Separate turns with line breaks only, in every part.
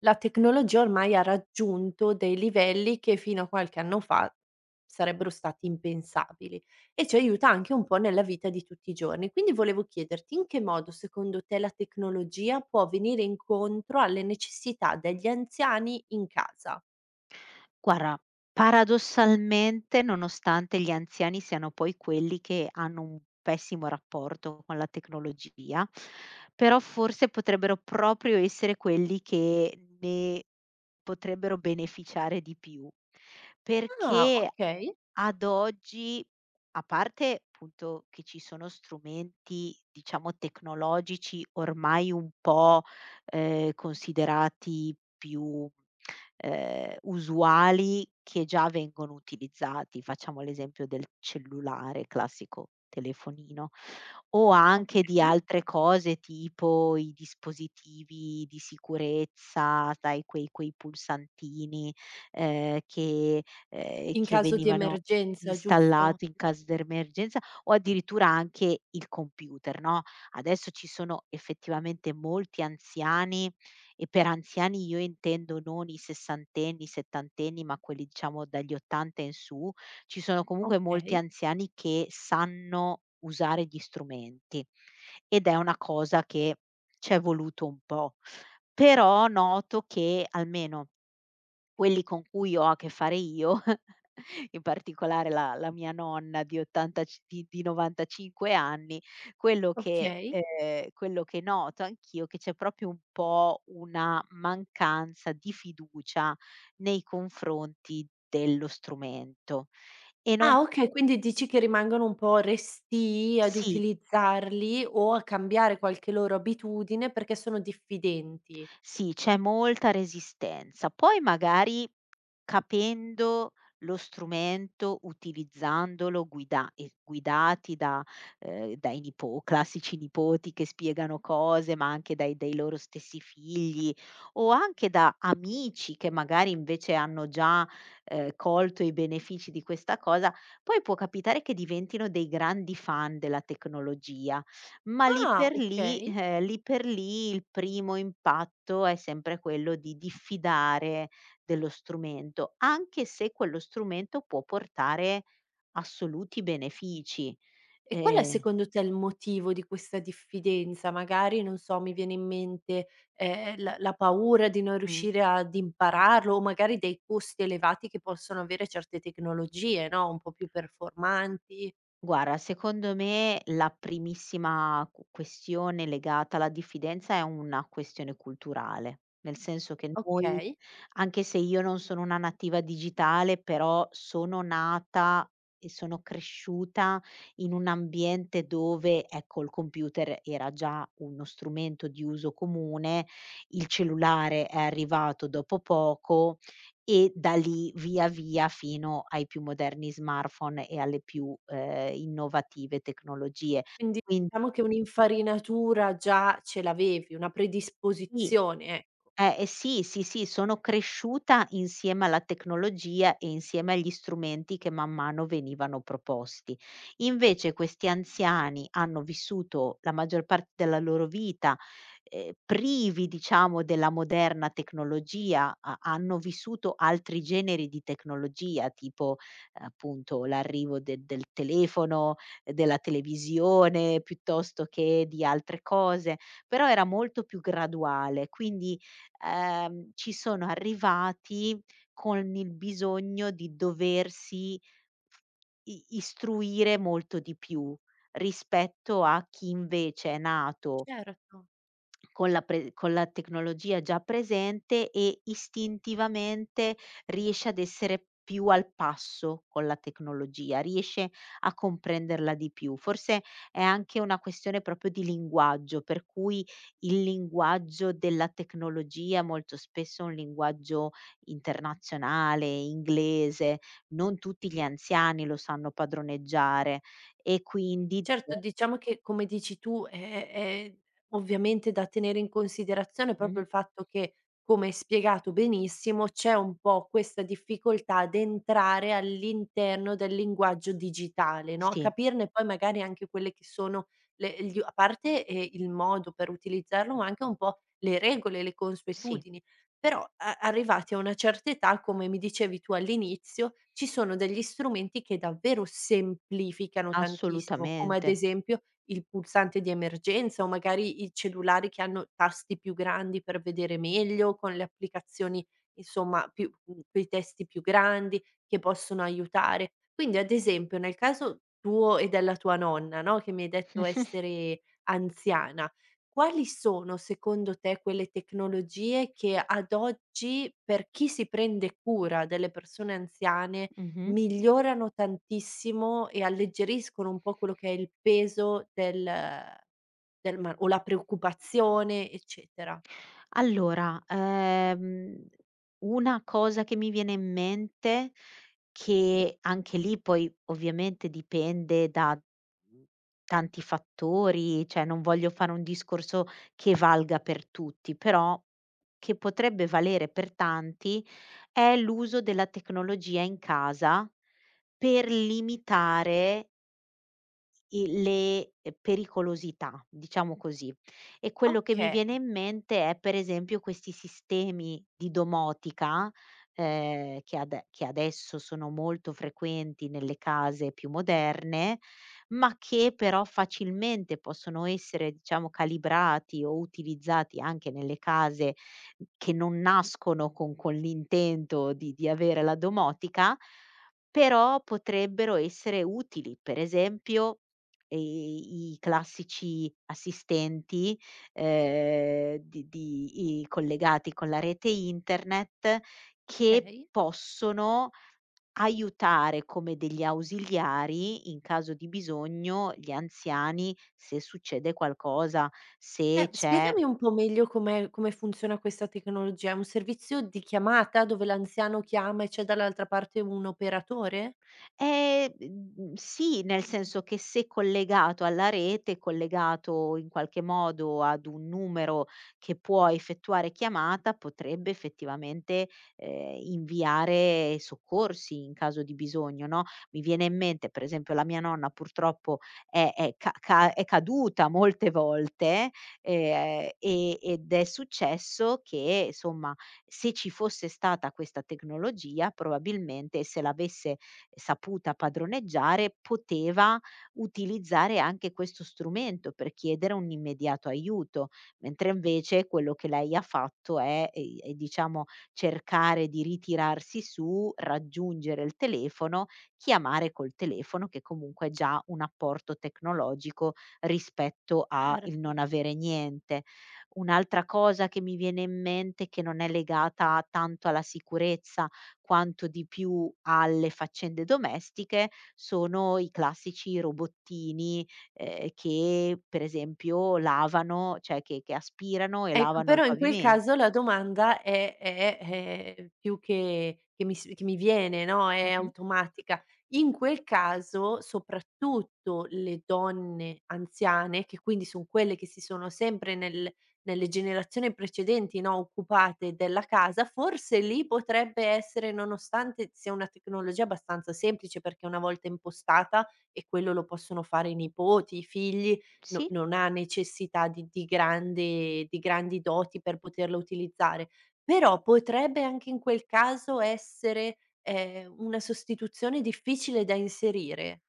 La tecnologia ormai ha raggiunto dei livelli che fino a qualche anno fa sarebbero stati impensabili e ci aiuta anche un po' nella vita di tutti i giorni. Quindi volevo chiederti in che modo secondo te la tecnologia può venire incontro alle necessità degli anziani in casa?
Guarda, paradossalmente, nonostante gli anziani siano poi quelli che hanno un pessimo rapporto con la tecnologia, però forse potrebbero proprio essere quelli che ne potrebbero beneficiare di più,
Ah,
perché
okay,
ad oggi, a parte appunto che ci sono strumenti, diciamo, tecnologici ormai un po', considerati più, usuali che già vengono utilizzati, facciamo l'esempio del cellulare, classico telefonino, o anche di
okay.
altre cose tipo i dispositivi di sicurezza, sai quei pulsantini, ehm, che
In
che
caso di
venivano
emergenza, giusto?
installato in caso d'emergenza o addirittura anche il computer, no, adesso ci sono effettivamente molti anziani e per anziani io intendo non i sessantenni, i settantenni, ma quelli diciamo dagli 80 in su, ci sono comunque molti
Okay,
anziani che sanno usare gli strumenti ed è una cosa che c'è voluto un po'. Però noto che almeno quelli con cui ho a che fare io, in particolare la mia nonna di 85 di di 95 anni,
okay.
quello che noto anch'io, è che c'è proprio un po' una mancanza di fiducia nei confronti dello strumento. E non
Ah, okay, quindi dici che rimangono un po' restii ad
sì.
utilizzarli o a cambiare qualche loro abitudine perché sono diffidenti.
Sì, c'è molta resistenza. Poi magari capendo lo strumento, utilizzandolo, guida e guidati da, dai nipo classici nipoti che spiegano cose, ma anche dai loro stessi figli, o anche da amici che magari invece hanno già, colto i benefici di questa cosa, poi può capitare che diventino dei grandi fan della tecnologia. Ma
Ah, okay.
lì per lì il primo impatto è sempre quello di diffidare dello strumento, anche se quello strumento può portare assoluti benefici.
E qual è
Ehm
secondo te il motivo di questa diffidenza? Magari, non so, mi viene in mente, la paura di non
mh.
riuscire ad impararlo o magari dei costi elevati che possono avere certe tecnologie, no, un po' più performanti.
Guarda, secondo me la primissima q questione legata alla diffidenza è una questione culturale, nel senso che noi
Okay.
anche se io non sono una nativa digitale, però sono nata e sono cresciuta in un ambiente dove, ecco, il computer era già uno strumento di uso comune, il cellulare è arrivato dopo poco e da lì via via fino ai più moderni smartphone e alle più, innovative tecnologie.
Quindi
Quindi
diciamo che un'infarinatura già ce l'avevi, una
sì.
predisposizione, ecco.
Eh, sì, sì, sì, sono cresciuta insieme alla tecnologia e insieme agli strumenti che man mano venivano proposti. Invece questi anziani hanno vissuto la maggior parte della loro vita, privi diciamo della moderna tecnologia, ha hanno vissuto altri generi di tecnologia, tipo appunto l'arrivo de del telefono, della televisione, piuttosto che di altre cose, però era molto più graduale, quindi ci sono arrivati con il bisogno di doversi f i istruire molto di più rispetto a chi invece è nato
Certo.
con la tecnologia già presente e istintivamente riesce ad essere più al passo con la tecnologia, riesce a comprenderla di più. Forse è anche una questione proprio di linguaggio, per cui il linguaggio della tecnologia molto spesso è un linguaggio internazionale, inglese, non tutti gli anziani lo sanno padroneggiare e quindi
Certo, diciamo che come dici tu è ovviamente da tenere in considerazione proprio
mh-mh,
il fatto che, come hai spiegato benissimo, c'è un po' questa difficoltà ad entrare all'interno del linguaggio digitale, no, a
sì,
capirne poi magari anche quelle che sono le gli a parte, il modo per utilizzarlo, ma anche un po' le regole, le
sì,
consuetudini. Però a arrivati a una certa età, come mi dicevi tu all'inizio, ci sono degli strumenti che davvero semplificano tantissimo, come ad
assolutamente.
esempio il pulsante di emergenza o magari i cellulari che hanno tasti più grandi per vedere meglio, con le applicazioni insomma più mhmm, coi testi più grandi che possono aiutare. Quindi ad esempio nel caso tuo e della tua nonna, no, che mi hai detto
Mh-mh,
essere anziana, quali sono secondo te quelle tecnologie che ad oggi, per chi si prende cura delle persone anziane,
mh-mh.
migliorano tantissimo e alleggeriscono un po' quello che è il peso del del ma o la preoccupazione, eccetera?
Allora, una cosa che mi viene in mente, che anche lì poi ovviamente dipende da, mhmm, tanti fattori, cioè non voglio fare un discorso che valga per tutti, però che potrebbe valere per tanti, è l'uso della tecnologia in casa per limitare I le pericolosità, diciamo così. E quello che mi viene
Okay,
in mente è per esempio questi sistemi di domotica, che adesso sono molto frequenti nelle case più moderne, ma che però facilmente possono essere, diciamo, calibrati o utilizzati anche nelle case che non nascono con l'intento di avere la domotica, però potrebbero essere utili. Per esempio i classici assistenti, di i collegati con la rete internet che
okay.
possono aiutare come degli ausiliari, in caso di bisogno, gli anziani se succede qualcosa, se c'è
Spiegami un po' meglio come funziona questa tecnologia. È un servizio di chiamata dove l'anziano chiama e c'è dall'altra parte un operatore?
Ehm, sì, nel senso che se collegato alla rete, collegato in qualche modo ad un numero che può effettuare chiamata, potrebbe effettivamente, inviare soccorsi in caso di bisogno, no, mi viene in mente per esempio la mia nonna purtroppo è ca ca è caduta molte volte, ed è successo che, somma, se ci fosse stata questa tecnologia probabilmente se l'avesse saputa padroneggiare, poteva utilizzare anche questo strumento per chiedere un immediato aiuto, mentre invece quello che lei ha fatto è, diciamo cercare di ritirarsi su, raggiungere il telefono, chiamare col telefono che comunque è già un apporto tecnologico rispetto a il
Certo.
non avere niente. Un'altra cosa che mi viene in mente, che non è legata tanto alla sicurezza, quanto di più alle faccende domestiche, sono i classici robottini, che per esempio lavano, cioè che aspirano e
Ecco,
lavano il
però in quel
pavime
caso la domanda è più che mi viene, no, è
mh-mh,
automatica. In quel caso, soprattutto le donne anziane, che quindi son quelle che si sono sempre nelle generazioni precedenti, no, occupate della casa, forse lì potrebbe essere nonostante sia una tecnologia abbastanza semplice, perché una volta impostata e quello lo possono fare i nipoti, i figli. No,
sì.
non ha necessità di grande di grandi doti per poterla utilizzare, però potrebbe anche in quel caso essere, una sostituzione difficile da inserire.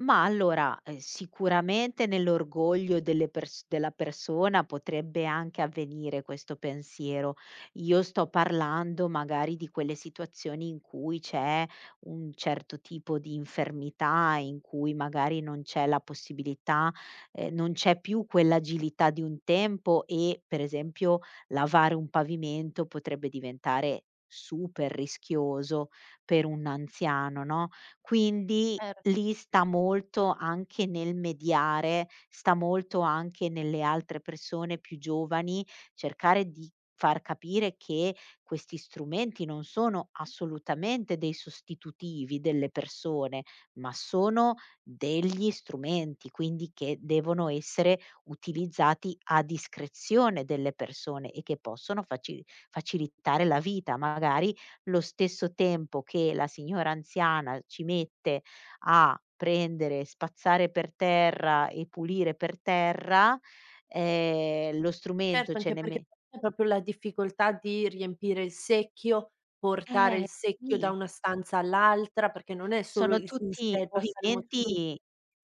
Ma allora, sicuramente nell'orgoglio delle pers della persona potrebbe anche avvenire questo pensiero. Io sto parlando magari di quelle situazioni in cui c'è un certo tipo di infermità, in cui magari non c'è la possibilità non c'è più quell'agilità di un tempo e, per esempio, lavare un pavimento potrebbe diventare super rischioso per un anziano, no, quindi
Cer
lì sta molto anche nel mediare, sta molto anche nelle altre persone più giovani, cercare di far capire che questi strumenti non sono assolutamente dei sostitutivi delle persone, ma sono degli strumenti, quindi che devono essere utilizzati a discrezione delle persone e che possono facilitare la vita. Magari lo stesso tempo che la signora anziana ci mette a prendere, spazzare per terra e pulire per terra, lo strumento
Certo,
ce
anche
ne
perché
me
c'è proprio la difficoltà di riempire il secchio, portare il
eh,
secchio da
sì.
una stanza all'altra, perché non è solo
Sono
il in
tutti
sé il passare il moto son
movimenti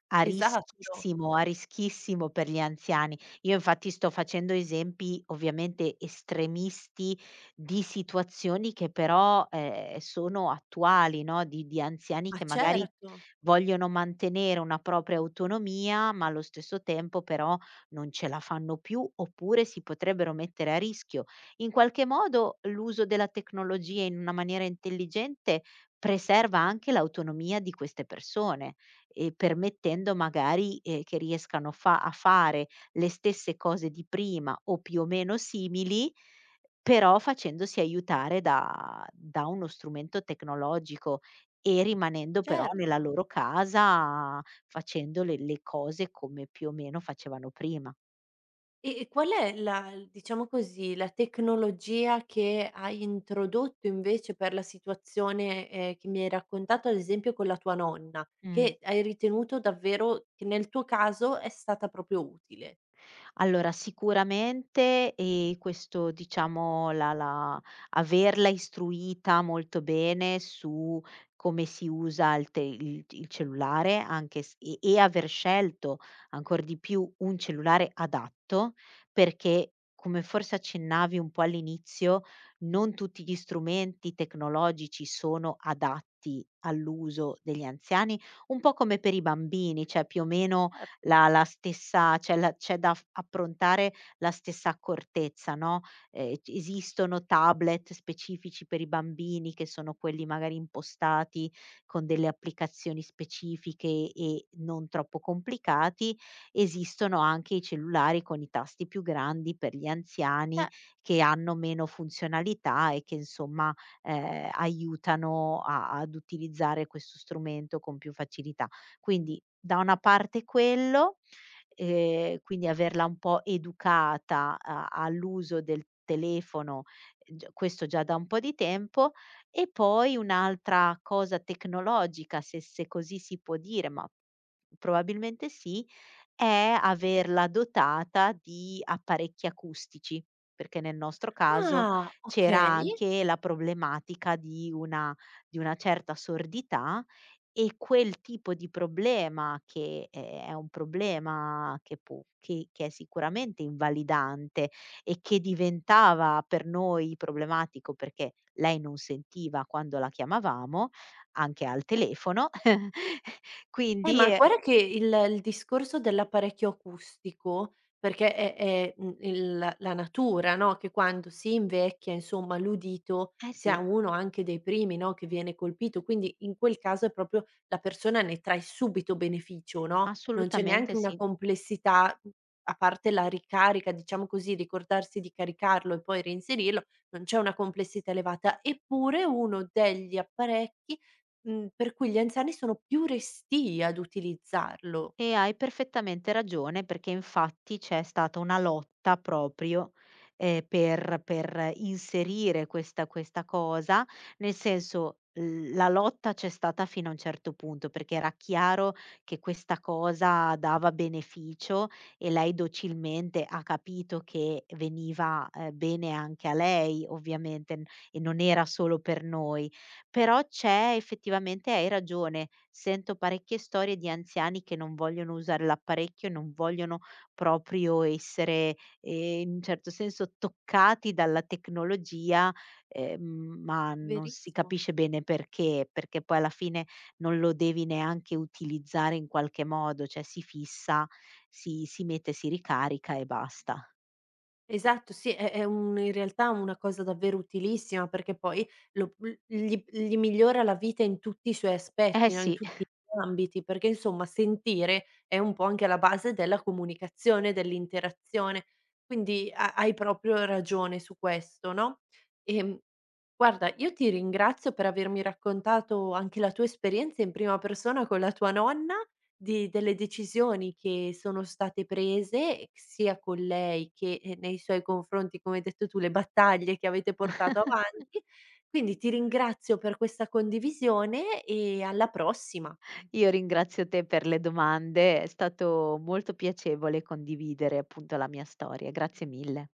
esatto,
a rischissimo per gli anziani. Io infatti sto facendo esempi ovviamente estremisti di situazioni che però, sono attuali, no, di anziani
ma
che magari
certo,
vogliono mantenere una propria autonomia, ma allo stesso tempo però non ce la fanno più, oppure si potrebbero mettere a rischio. In qualche modo l'uso della tecnologia in una maniera intelligente preserva anche l'autonomia di queste persone, permettendo magari, che riescano fa a fare le stesse cose di prima o più o meno simili, però facendosi aiutare da uno strumento tecnologico e rimanendo però nella
certo.
loro casa facendo le cose come più o meno facevano prima.
E qual è la diciamo così, la tecnologia che hai introdotto invece per la situazione, che mi hai raccontato ad esempio con la tua nonna,
Mh.
che hai ritenuto davvero che nel tuo caso è stata proprio utile?
Allora sicuramente, questo diciamo la la averla istruita molto bene su come si usa il te il cellulare, anche s e aver scelto ancor di più un cellulare adatto, perché come forse accennavi un po' all'inizio, non tutti gli strumenti tecnologici sono adatti all'uso degli anziani, un po' come per i bambini, cioè più o meno
Certo,
la la stessa c'è la c'è da f approntare la stessa accortezza, no, c esistono tablet specifici per i bambini che sono quelli magari impostati con delle applicazioni specifiche e non troppo complicati, esistono anche i cellulari con i tasti più grandi per gli anziani
ce
che hanno meno funzionalità e che insomma, aiutano a ad utilizzare questo strumento con più facilità. Quindi da una parte quello, quindi averla un po' educata a all'uso del telefono, g questo già da un po' di tempo, e poi un'altra cosa tecnologica, se così si può dire, ma probabilmente sì, è averla dotata di apparecchi acustici, perché nel nostro caso
ah,
c'era
okay.
anche la problematica di una certa sordità e quel tipo di problema che, è un problema che può che è sicuramente invalidante e che diventava per noi problematico perché lei non sentiva quando la chiamavamo, anche al telefono, quindi
Ma guarda che il discorso dell'apparecchio acustico, perché è, mhmm, il la natura, no, che quando si invecchia, insomma, l'udito
eh
sia
sì,
uno anche dei primi, no, che viene colpito, quindi in quel caso è proprio la persona ne trae subito beneficio, no, non c'è
assolutamente
neanche una
sì.
complessità, mhmm, a parte la ricarica, diciamo così, ricordarsi di caricarlo e poi reinserirlo, non c'è una complessità elevata. Eppure uno degli apparecchi mhmm, per cui gli anziani sono più restii ad utilizzarlo.
E hai perfettamente ragione perché infatti c'è stata una lotta proprio, per inserire questa cosa, nel senso, l la lotta c'è stata fino a un certo punto, perché era chiaro che questa cosa dava beneficio e lei docilmente ha capito che veniva, bene anche a lei ovviamente n e non era solo per noi. Però c'è effettivamente hai ragione, sento parecchie storie di anziani che non vogliono usare l'apparecchio, non vogliono proprio essere, in un certo senso toccati dalla tecnologia, ehm, ma non si
Verissimo.
capisce bene perché, perché poi alla fine non lo devi neanche utilizzare in qualche modo, cioè si fissa, si mette, si ricarica e basta.
Esatto, sì, è un in realtà una cosa davvero utilissima perché poi lo l gli gli migliora la vita in tutti i suoi
Eh
aspetti, no, in
sì.
tutti gli ambiti, perché insomma sentire è un po' anche la base della comunicazione, dell'interazione, quindi ha hai proprio ragione su questo, no? Ehm, guarda, io ti ringrazio per avermi raccontato anche la tua esperienza in prima persona con la tua nonna. Di Delle decisioni che sono state prese, sia con lei che, nei suoi confronti, come hai detto tu, le battaglie che avete portato avanti. Quindi ti ringrazio per questa condivisione e alla prossima.
Io ringrazio te per le domande, è stato molto piacevole condividere appunto la mia storia. Grazie mille.